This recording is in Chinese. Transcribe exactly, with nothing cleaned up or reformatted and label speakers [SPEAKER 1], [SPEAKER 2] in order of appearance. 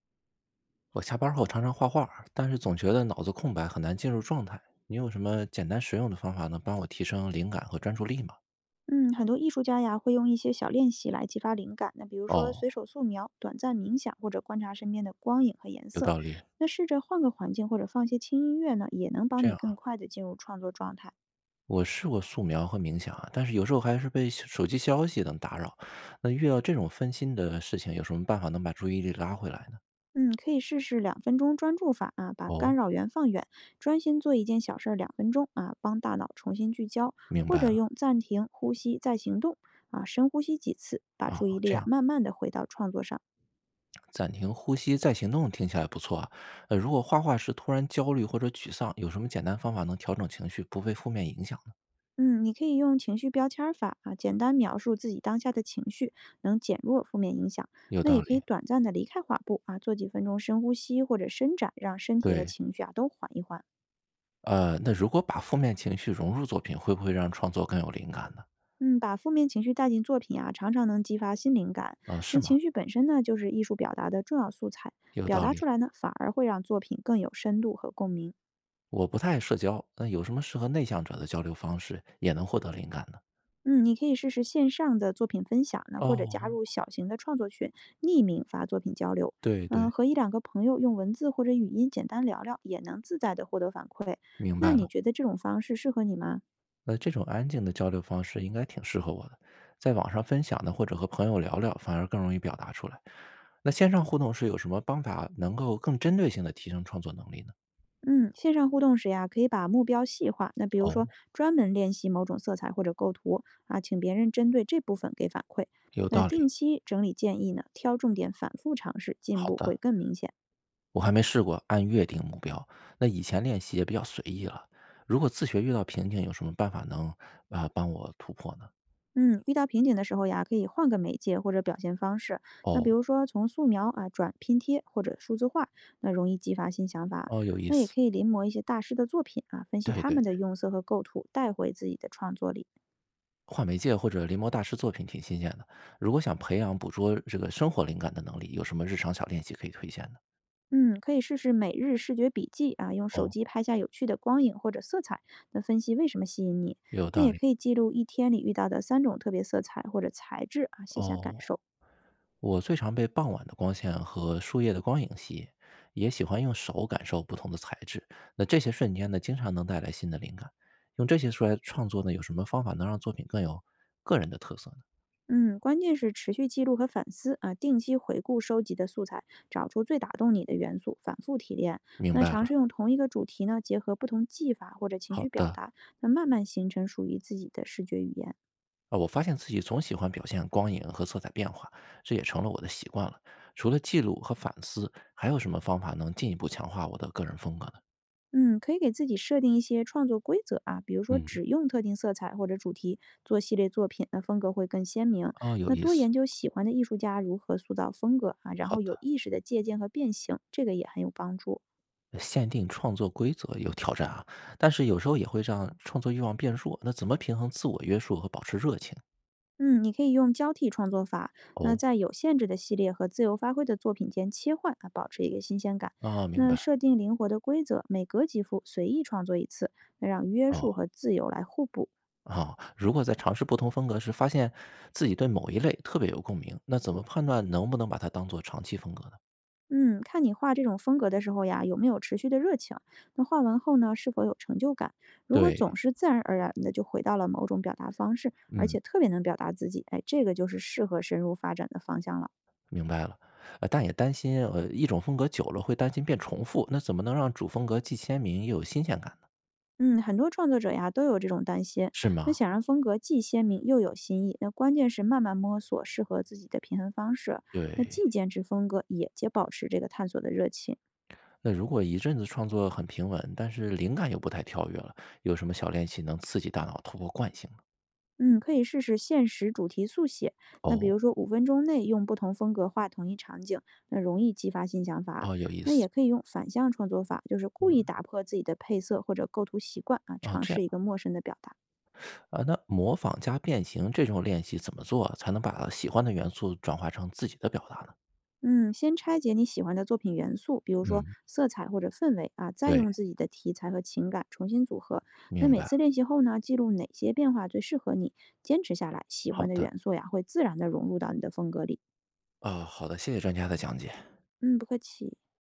[SPEAKER 1] 我下班后常常画画，但是总觉得脑子空白，很难进入状态。你有什么简单实用的方法能帮我提升灵感和专注力吗？
[SPEAKER 2] 嗯，很多艺术家呀会用一些小练习来激发灵感。那比如说
[SPEAKER 1] 哦，
[SPEAKER 2] 随手素描、短暂冥想，或者观察身边的光影和颜
[SPEAKER 1] 有
[SPEAKER 2] 色。
[SPEAKER 1] 道理。
[SPEAKER 2] 那试着换个环境或者放些轻音乐呢，也能帮
[SPEAKER 1] 这
[SPEAKER 2] 你
[SPEAKER 1] 样
[SPEAKER 2] 更
[SPEAKER 1] 啊，
[SPEAKER 2] 快的进入创作状态。
[SPEAKER 1] 我试过素描和冥想啊，但是有时候还是被手手机消息等打扰。那遇到这种分心的事情，有什么办法能把注意力拉回来呢？
[SPEAKER 2] 嗯，可以试试两分钟专注法啊，把干
[SPEAKER 1] 哦，
[SPEAKER 2] 扰源放远，专心做一件小事儿两分钟啊，帮大脑重新聚焦，
[SPEAKER 1] 明
[SPEAKER 2] 或
[SPEAKER 1] 白
[SPEAKER 2] 者
[SPEAKER 1] 了。
[SPEAKER 2] 用暂停、呼吸再行动啊，深呼吸几次，把
[SPEAKER 1] 哦，
[SPEAKER 2] 注意力
[SPEAKER 1] 这
[SPEAKER 2] 啊
[SPEAKER 1] 样
[SPEAKER 2] 慢慢的回到创作上。
[SPEAKER 1] 暂停呼吸再行动听起来不错啊。呃，如果画画时突然焦虑或者沮丧，有什么简单方法能调整情绪，不被负面影响呢？
[SPEAKER 2] 嗯，你可以用情绪标签儿法啊，简单描述自己当下的情绪，能减弱负面影响。
[SPEAKER 1] 有
[SPEAKER 2] 那也
[SPEAKER 1] 道
[SPEAKER 2] 可以
[SPEAKER 1] 理。
[SPEAKER 2] 短暂的离开画布啊，做几分钟深呼吸或者伸展，让身体和
[SPEAKER 1] 对，
[SPEAKER 2] 情绪啊都缓一缓。
[SPEAKER 1] 呃，那如果把负面情绪融入作品，会不会让创作更有灵感呢？
[SPEAKER 2] 嗯，把负面情绪带进作品啊，常常能激发新灵感。
[SPEAKER 1] 啊，是
[SPEAKER 2] 那
[SPEAKER 1] 吗？
[SPEAKER 2] 情绪本身呢，就是艺术表达的重要素材，
[SPEAKER 1] 有
[SPEAKER 2] 表
[SPEAKER 1] 道
[SPEAKER 2] 达
[SPEAKER 1] 理。
[SPEAKER 2] 出来呢，反而会让作品更有深度和共鸣。
[SPEAKER 1] 我不太爱社交，那有什么适合内向者的交流方式，也能获得灵感呢？
[SPEAKER 2] 嗯，你可以试试线上的作品分享呢，或者加
[SPEAKER 1] 哦，
[SPEAKER 2] 入小型的创作群，匿名发作品交流。
[SPEAKER 1] 对
[SPEAKER 2] 嗯、
[SPEAKER 1] 对，
[SPEAKER 2] 和一两个朋友用文字或者语音简单聊聊，也能自在的获得反馈。
[SPEAKER 1] 明
[SPEAKER 2] 那
[SPEAKER 1] 白
[SPEAKER 2] 你
[SPEAKER 1] 了。
[SPEAKER 2] 觉得这种方式适合你吗？
[SPEAKER 1] 那这种安静的交流方式应该挺适合我的，在网上分享呢，或者和朋友聊聊，反而更容易表达出来。那线上互动是有什么方法能够更针对性的提升创作能力呢？
[SPEAKER 2] 嗯，线上互动时呀，可以把目标细化，那比如说
[SPEAKER 1] 哦，
[SPEAKER 2] 专门练习某种色彩或者构图啊，请别人针对这部分给反馈。
[SPEAKER 1] 有
[SPEAKER 2] 那
[SPEAKER 1] 道理。
[SPEAKER 2] 定期整理建议呢，挑重点反复尝试，进
[SPEAKER 1] 好
[SPEAKER 2] 步会
[SPEAKER 1] 的。
[SPEAKER 2] 更明显。
[SPEAKER 1] 我还没试过按月定目标，那以前练习也比较随意了。如果自学遇到瓶颈，有什么办法能啊、呃帮我突破呢？
[SPEAKER 2] 嗯，遇到瓶颈的时候呀，可以换个媒介或者表现方式。那比
[SPEAKER 1] 哦
[SPEAKER 2] 如说从素描啊转拼贴或者数字化，那容易激发新想法。
[SPEAKER 1] 哦，有意
[SPEAKER 2] 那也
[SPEAKER 1] 思，
[SPEAKER 2] 可以临摹一些大师的作品啊，分析
[SPEAKER 1] 对对
[SPEAKER 2] 他
[SPEAKER 1] 对，
[SPEAKER 2] 们的用色和构图，带回自己的创作里。
[SPEAKER 1] 画媒介或者临摹大师作品挺新鲜的。如果想培养捕捉这个生活灵感的能力，有什么日常小练习可以推荐的？
[SPEAKER 2] 嗯，可以试试每日视觉笔记啊，用手
[SPEAKER 1] 哦，
[SPEAKER 2] 机拍下有趣的光影或者色彩，那分析为什么吸引你。
[SPEAKER 1] 有
[SPEAKER 2] 那
[SPEAKER 1] 道
[SPEAKER 2] 也
[SPEAKER 1] 理
[SPEAKER 2] 可以记录一天里遇到的三种特别色彩或者材质啊，写下感
[SPEAKER 1] 哦。
[SPEAKER 2] 受。
[SPEAKER 1] 我最常被傍晚的光线和树叶的光影吸引，也喜欢用手感受不同的材质。那这些瞬间呢，经常能带来新的灵感。用这些出来创作呢，有什么方法能让作品更有个人的特色呢？
[SPEAKER 2] 嗯，关键是持续记录和反思啊，定期回顾收集的素材，找出最打动你的元素，反复提炼。
[SPEAKER 1] 明
[SPEAKER 2] 那
[SPEAKER 1] 白
[SPEAKER 2] 尝试
[SPEAKER 1] 了，
[SPEAKER 2] 用同一个主题呢，结合不同技法或者情
[SPEAKER 1] 好
[SPEAKER 2] 绪表
[SPEAKER 1] 的。
[SPEAKER 2] 达，那慢慢形成属于自己的视觉语言。
[SPEAKER 1] 啊，我发现自己总喜欢表现光影和色彩变化，这也成了我的习惯了。除了记录和反思，还有什么方法能进一步强化我的个人风格呢？
[SPEAKER 2] 嗯，可以给自己设定一些创作规则啊，比如说
[SPEAKER 1] 嗯，
[SPEAKER 2] 只用特定色彩或者主题做系列作品，那风格会更鲜明。
[SPEAKER 1] 哦，有
[SPEAKER 2] 那
[SPEAKER 1] 意
[SPEAKER 2] 多
[SPEAKER 1] 思。
[SPEAKER 2] 研究喜欢的艺术家如何塑造风格啊，然
[SPEAKER 1] 好
[SPEAKER 2] 后有
[SPEAKER 1] 的。
[SPEAKER 2] 意识的借鉴和变形，这个也很有帮助。
[SPEAKER 1] 限定创作规则有挑战啊，但是有时候也会让创作欲望变弱。那怎么平衡自我约束和保持热情？
[SPEAKER 2] 嗯，你可以用交替创作法，那
[SPEAKER 1] 哦，
[SPEAKER 2] 在有限制的系列和自由发挥的作品间切换啊，保持一个新鲜感。
[SPEAKER 1] 啊，明
[SPEAKER 2] 那
[SPEAKER 1] 白。
[SPEAKER 2] 设定灵活的规则，每隔几幅随意创作一次，那让约束
[SPEAKER 1] 哦，
[SPEAKER 2] 和自由来互补。
[SPEAKER 1] 啊，如果在尝试不同风格时发现自己对某一类特别有共鸣，那怎么判断能不能把它当做长期风格呢？
[SPEAKER 2] 嗯，看你画这种风格的时候呀，有没有持续的热情？那画完后呢，是否有成就感？如果
[SPEAKER 1] 对，
[SPEAKER 2] 总是自然而然的就回到了某种表达方式，而
[SPEAKER 1] 嗯，
[SPEAKER 2] 且特别能表达自己，哎，这个就是适合深入发展的方向了。
[SPEAKER 1] 明白了。呃，但也担心，呃，一种风格久了会担心变重复，那怎么能让主风格既鲜明又有新鲜感呢？
[SPEAKER 2] 嗯，很多创作者呀都有这种担心，
[SPEAKER 1] 是
[SPEAKER 2] 那
[SPEAKER 1] 吗？
[SPEAKER 2] 想让风格既鲜明又有新意，那关键是慢慢摸索适合自己的平衡方式。那
[SPEAKER 1] 对，
[SPEAKER 2] 既坚持风格，也且保持这个探索的热情。
[SPEAKER 1] 那如果一阵子创作很平稳，但是灵感又不太跳跃了，有什么小练习能刺激大脑突破惯性呢？
[SPEAKER 2] 嗯，可以试试限时主题速写，那比
[SPEAKER 1] 哦，
[SPEAKER 2] 如说五分钟内用不同风格画同一场景，那容易激发新想法。
[SPEAKER 1] 哦，有意
[SPEAKER 2] 那
[SPEAKER 1] 思，
[SPEAKER 2] 也可以用反向创作法，就是故意
[SPEAKER 1] 嗯，
[SPEAKER 2] 打破自己的配色或者构图习惯啊，
[SPEAKER 1] 哦，
[SPEAKER 2] 尝
[SPEAKER 1] 这
[SPEAKER 2] 试
[SPEAKER 1] 样
[SPEAKER 2] 一个陌生的表达。
[SPEAKER 1] 啊，那模仿加变形这种练习怎么做才能把喜欢的元素转化成自己的表达呢？
[SPEAKER 2] 嗯，先拆解你喜欢的作品元素，比如说
[SPEAKER 1] 嗯，
[SPEAKER 2] 色彩或者氛围啊，再
[SPEAKER 1] 对，
[SPEAKER 2] 用自己的题材和情感重新组合。那
[SPEAKER 1] 明
[SPEAKER 2] 每
[SPEAKER 1] 白，
[SPEAKER 2] 次练习后呢，记录哪些变化最适合你，坚持下来，喜欢
[SPEAKER 1] 好
[SPEAKER 2] 的
[SPEAKER 1] 的，
[SPEAKER 2] 元素呀会自然的融入到你的风格里。
[SPEAKER 1] 啊、好的，谢谢专家的讲解。
[SPEAKER 2] 嗯，不客气。